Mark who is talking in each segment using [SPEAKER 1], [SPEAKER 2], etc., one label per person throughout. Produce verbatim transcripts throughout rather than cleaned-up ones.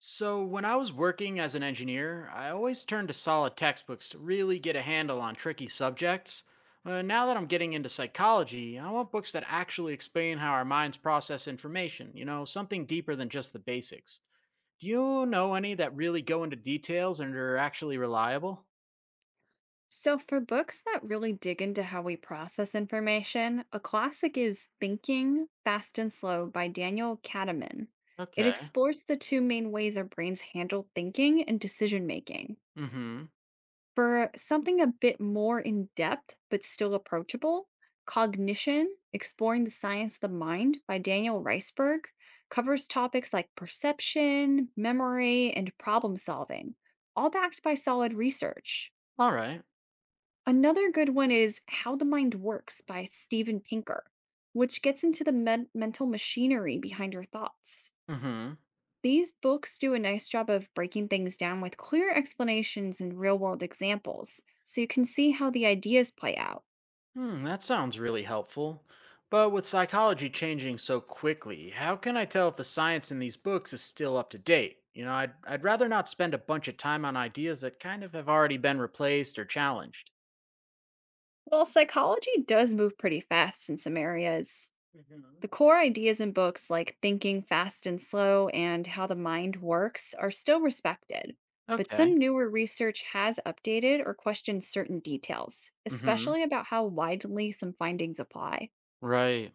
[SPEAKER 1] So, when I was working as an engineer, I always turned to solid textbooks to really get a handle on tricky subjects. Uh, now that I'm getting into psychology, I want books that actually explain how our minds process information, you know, something deeper than just the basics. Do you know any that really go into details and are actually reliable?
[SPEAKER 2] So, for books that really dig into how we process information, a classic is Thinking Fast and Slow by Daniel Kahneman. It
[SPEAKER 1] Okay.
[SPEAKER 2] explores the two main ways our brains handle thinking and decision making.
[SPEAKER 1] Mm hmm.
[SPEAKER 2] For something a bit more in depth but still approachable, Cognition Exploring the Science of the Mind by Daniel Riceberg covers topics like perception, memory, and problem solving, all backed by solid research.
[SPEAKER 1] All right.
[SPEAKER 2] Another good one is How the Mind Works by Steven Pinker, which gets into the men- mental machinery behind your thoughts.
[SPEAKER 1] Mm hmm.
[SPEAKER 2] These books do a nice job of breaking things down with clear explanations and real world examples, so you can see how the ideas play out.
[SPEAKER 1] Hmm, that sounds really helpful. But with psychology changing so quickly, how can I tell if the science in these books is still up to date? You know, I'd, I'd rather not spend a bunch of time on ideas that kind of have already been replaced or challenged.
[SPEAKER 2] While psychology does move pretty fast in some areas,
[SPEAKER 1] Hmm.
[SPEAKER 2] the core ideas in books like Thinking Fast and Slow and How the Mind Works are still respected, but
[SPEAKER 1] Okay.
[SPEAKER 2] some newer research has updated or questioned certain details,
[SPEAKER 1] Mm-hmm.
[SPEAKER 2] especially about how widely some findings apply.
[SPEAKER 1] Right.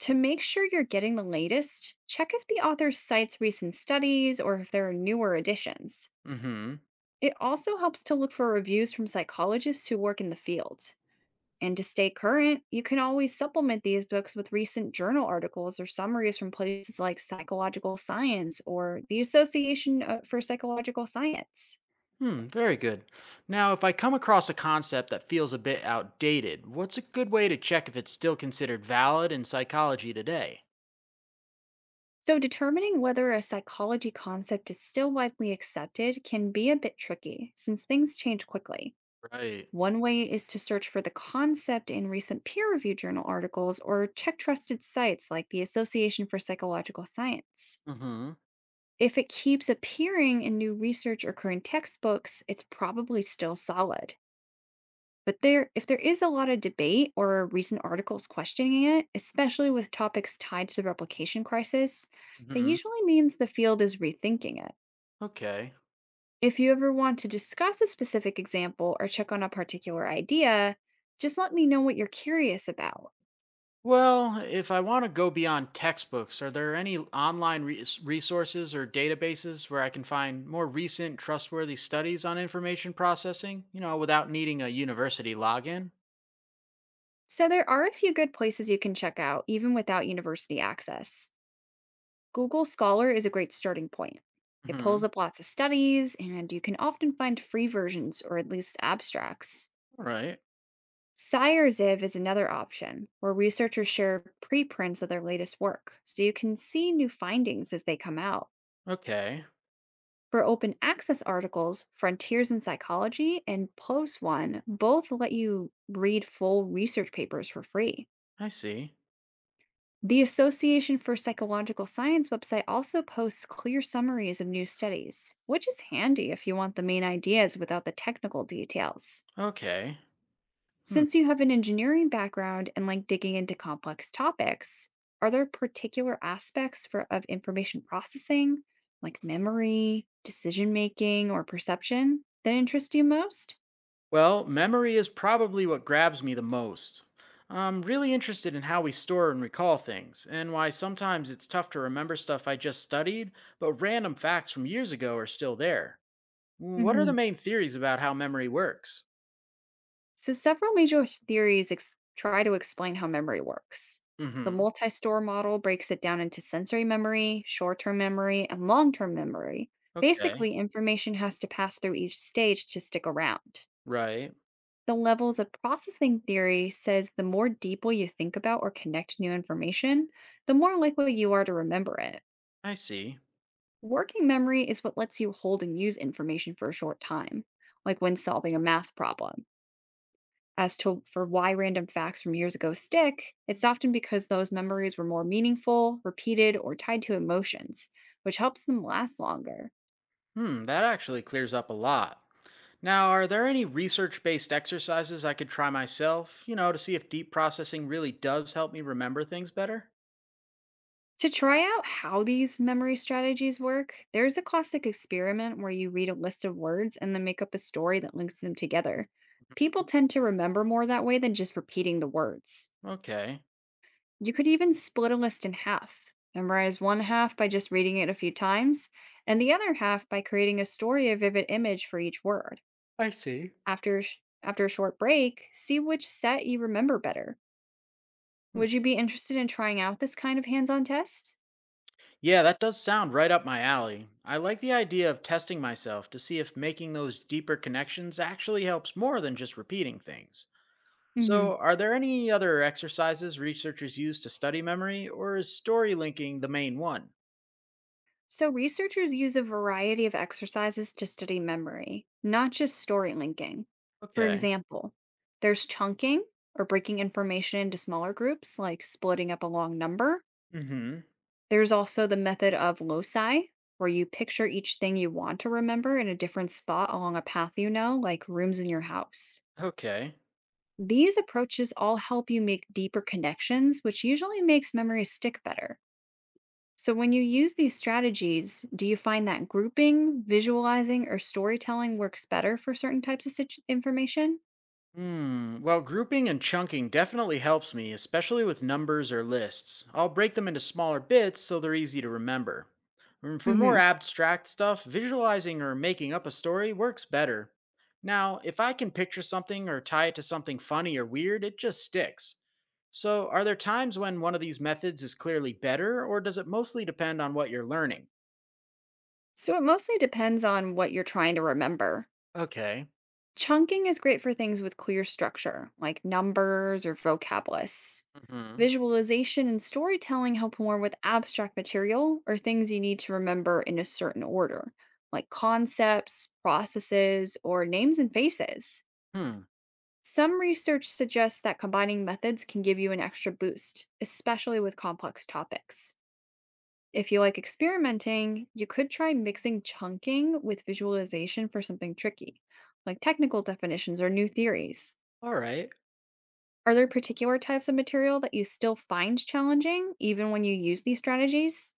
[SPEAKER 2] To make sure you're getting the latest, check if the author cites recent studies or if there are newer additions.
[SPEAKER 1] Mm-hmm.
[SPEAKER 2] It also helps to look for reviews from psychologists who work in the field. And to stay current, you can always supplement these books with recent journal articles or summaries from places like Psychological Science or the Association uh, for Psychological Science.
[SPEAKER 1] Hmm, very good. Now, if I come across a concept that feels a bit outdated, what's a good way to check if it's still considered valid in psychology today?
[SPEAKER 2] So, determining whether a psychology concept is still widely accepted can be a bit tricky since things change quickly.
[SPEAKER 1] Right.
[SPEAKER 2] One way is to search for the concept in recent peer reviewed journal articles or check trusted sites like the Association for Psychological Science.
[SPEAKER 1] Mm-hmm.
[SPEAKER 2] If it keeps appearing in new research or current textbooks, it's probably still solid. But there, if there is a lot of debate or recent articles questioning it, especially with topics tied to the replication crisis, that
[SPEAKER 1] Mm-hmm.
[SPEAKER 2] usually means the field is rethinking it.
[SPEAKER 1] Okay.
[SPEAKER 2] If you ever want to discuss a specific example or check on a particular idea, just let me know what you're curious about.
[SPEAKER 1] Well, if I want to go beyond textbooks, are there any online res- resources or databases where I can find more recent, trustworthy studies on information processing, you know, without needing a university login?
[SPEAKER 2] So, there are a few good places you can check out, even without university access. Google Scholar is a great starting point. It pulls
[SPEAKER 1] Hmm.
[SPEAKER 2] up lots of studies, and you can often find free versions or at least abstracts.
[SPEAKER 1] All right.
[SPEAKER 2] SciRZiv is another option, where researchers share preprints of their latest work, so you can see new findings as they come out.
[SPEAKER 1] Okay.
[SPEAKER 2] For open access articles, Frontiers in Psychology and PLOS One both let you read full research papers for free.
[SPEAKER 1] I see.
[SPEAKER 2] The Association for Psychological Science website also posts clear summaries of new studies, which is handy if you want the main ideas without the technical details.
[SPEAKER 1] Okay. Hmm.
[SPEAKER 2] Since you have an engineering background and like digging into complex topics, are there particular aspects for, of information processing, like memory, decision making, or perception, that interest you most?
[SPEAKER 1] Well, memory is probably what grabs me the most. I'm really interested in how we store and recall things, and why sometimes it's tough to remember stuff I just studied, but random facts from years ago are still there. Mm. What are the
[SPEAKER 2] Mhm.
[SPEAKER 1] main theories about how memory works?
[SPEAKER 2] So, several major theories ex- try to explain how memory works. The
[SPEAKER 1] Mhm.
[SPEAKER 2] multi store model breaks it down into sensory memory, short term memory, and long term memory.
[SPEAKER 1] Okay.
[SPEAKER 2] Basically, information has to pass through each stage to stick around.
[SPEAKER 1] Right.
[SPEAKER 2] The levels of processing theory says the more deeply you think about or connect new information, the more likely you are to remember it.
[SPEAKER 1] I see.
[SPEAKER 2] Working memory is what lets you hold and use information for a short time, like when solving a math problem. As to for why random facts from years ago stick, it's often because those memories were more meaningful, repeated, or tied to emotions, which helps them last longer.
[SPEAKER 1] Hmm, that actually clears up a lot. Now, are there any research-based exercises I could try myself, you know, to see if deep processing really does help me remember things better?
[SPEAKER 2] To try out how these memory strategies work, there's a classic experiment where you read a list of words and then make up a story that links them together. People tend to remember more that way than just repeating the words.
[SPEAKER 1] Okay.
[SPEAKER 2] You could even split a list in half. Memorize one half by just reading it a few times, and the other half by creating a story or vivid image for each word.
[SPEAKER 1] I see.
[SPEAKER 2] After sh- after a short break, see which set you remember better.
[SPEAKER 1] Hmm.
[SPEAKER 2] Would you be interested in trying out this kind of hands-on test?
[SPEAKER 1] Yeah, that does sound right up my alley. I like the idea of testing myself to see if making those deeper connections actually helps more than just repeating things.
[SPEAKER 2] Hmm.
[SPEAKER 1] So, are there any other exercises researchers use to study memory, or is story linking the main one?
[SPEAKER 2] So researchers use a variety of exercises to study memory, not just story linking. For
[SPEAKER 1] Okay.
[SPEAKER 2] example, there's chunking or breaking information into smaller groups, like splitting up a long number.
[SPEAKER 1] Hmm.
[SPEAKER 2] There's also the method of loci, where you picture each thing you want to remember in a different spot along a path you know, like rooms in your house.
[SPEAKER 1] Okay.
[SPEAKER 2] These approaches all help you make deeper connections, which usually makes memories stick better. So, when you use these strategies, do you find that grouping, visualizing, or storytelling works better for certain types of situ- information?
[SPEAKER 1] Hmm. Well, grouping and chunking definitely helps me, especially with numbers or lists. I'll break them into smaller bits so they're easy to remember. And for more
[SPEAKER 2] Hmm.
[SPEAKER 1] abstract stuff, visualizing or making up a story works better. Now, if I can picture something or tie it to something funny or weird, it just sticks. So, are there times when one of these methods is clearly better, or does it mostly depend on what you're learning?
[SPEAKER 2] So, it mostly depends on what you're trying to remember.
[SPEAKER 1] Okay.
[SPEAKER 2] Chunking is great for things with clear structure, like numbers or vocab lists.
[SPEAKER 1] Hmm.
[SPEAKER 2] Visualization and storytelling help more with abstract material or things you need to remember in a certain order, like concepts, processes, or names and faces.
[SPEAKER 1] Hmm.
[SPEAKER 2] Some research suggests that combining methods can give you an extra boost, especially with complex topics. If you like experimenting, you could try mixing chunking with visualization for something tricky, like technical definitions or new theories.
[SPEAKER 1] All right.
[SPEAKER 2] Are there particular types of material that you still find challenging, even when you use these strategies?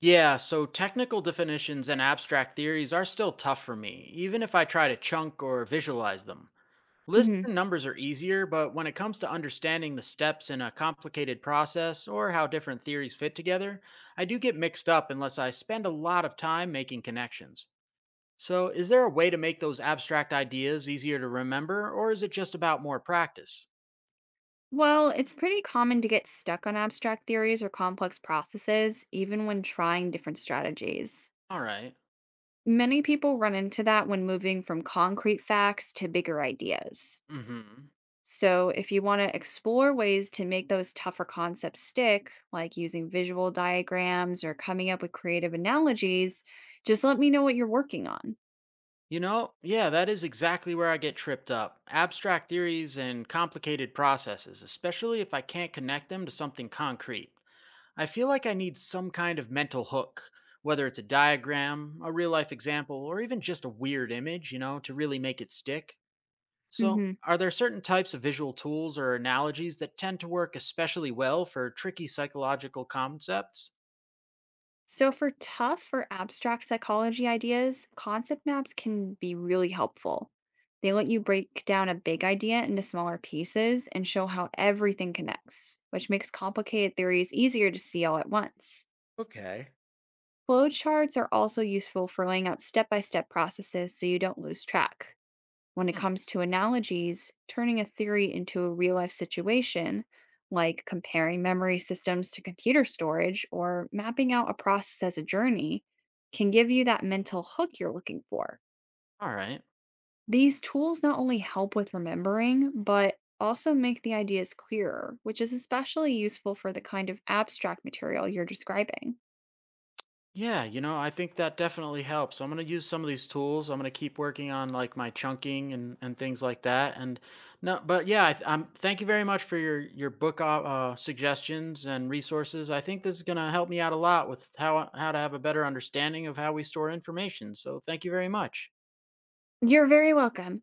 [SPEAKER 1] Yeah, so technical definitions and abstract theories are still tough for me, even if I try to chunk or visualize them. Lists
[SPEAKER 2] Hmm.
[SPEAKER 1] and numbers are easier, but when it comes to understanding the steps in a complicated process or how different theories fit together, I do get mixed up unless I spend a lot of time making connections. So, is there a way to make those abstract ideas easier to remember, or is it just about more practice?
[SPEAKER 2] Well, it's pretty common to get stuck on abstract theories or complex processes, even when trying different strategies.
[SPEAKER 1] All right.
[SPEAKER 2] Many people run into that when moving from concrete facts to bigger ideas.
[SPEAKER 1] Mm hmm.
[SPEAKER 2] So, if you want to explore ways to make those tougher concepts stick, like using visual diagrams or coming up with creative analogies, just let me know what you're working on.
[SPEAKER 1] You know, yeah, that is exactly where I get tripped up. Abstract theories and complicated processes, especially if I can't connect them to something concrete. I feel like I need some kind of mental hook, whether it's a diagram, a real life example, or even just a weird image, you know, to really make it stick. So,
[SPEAKER 2] Hmm.
[SPEAKER 1] are there certain types of visual tools or analogies that tend to work especially well for tricky psychological concepts?
[SPEAKER 2] So, for tough or abstract psychology ideas, concept maps can be really helpful. They let you break down a big idea into smaller pieces and show how everything connects, which makes complicated theories easier to see all at once.
[SPEAKER 1] Okay.
[SPEAKER 2] Flowcharts are also useful for laying out step by step processes so you don't lose track. When it
[SPEAKER 1] Hmm,
[SPEAKER 2] comes to analogies, turning a theory into a real life situation, like comparing memory systems to computer storage or mapping out a process as a journey, can give you that mental hook you're looking for.
[SPEAKER 1] all right.
[SPEAKER 2] These tools not only help with remembering, but also make the ideas clearer, which is especially useful for the kind of abstract material you're describing.
[SPEAKER 1] Yeah, you know, I think that definitely helps. I'm going to use some of these tools. I'm going to keep working on like my chunking and and things like that. And no, but yeah, I, th- I'm thank you very much for your your book uh, uh, suggestions and resources. I think this is going to help me out a lot with how how to have a better understanding of how we store information. So, thank you very much.
[SPEAKER 2] You're very welcome.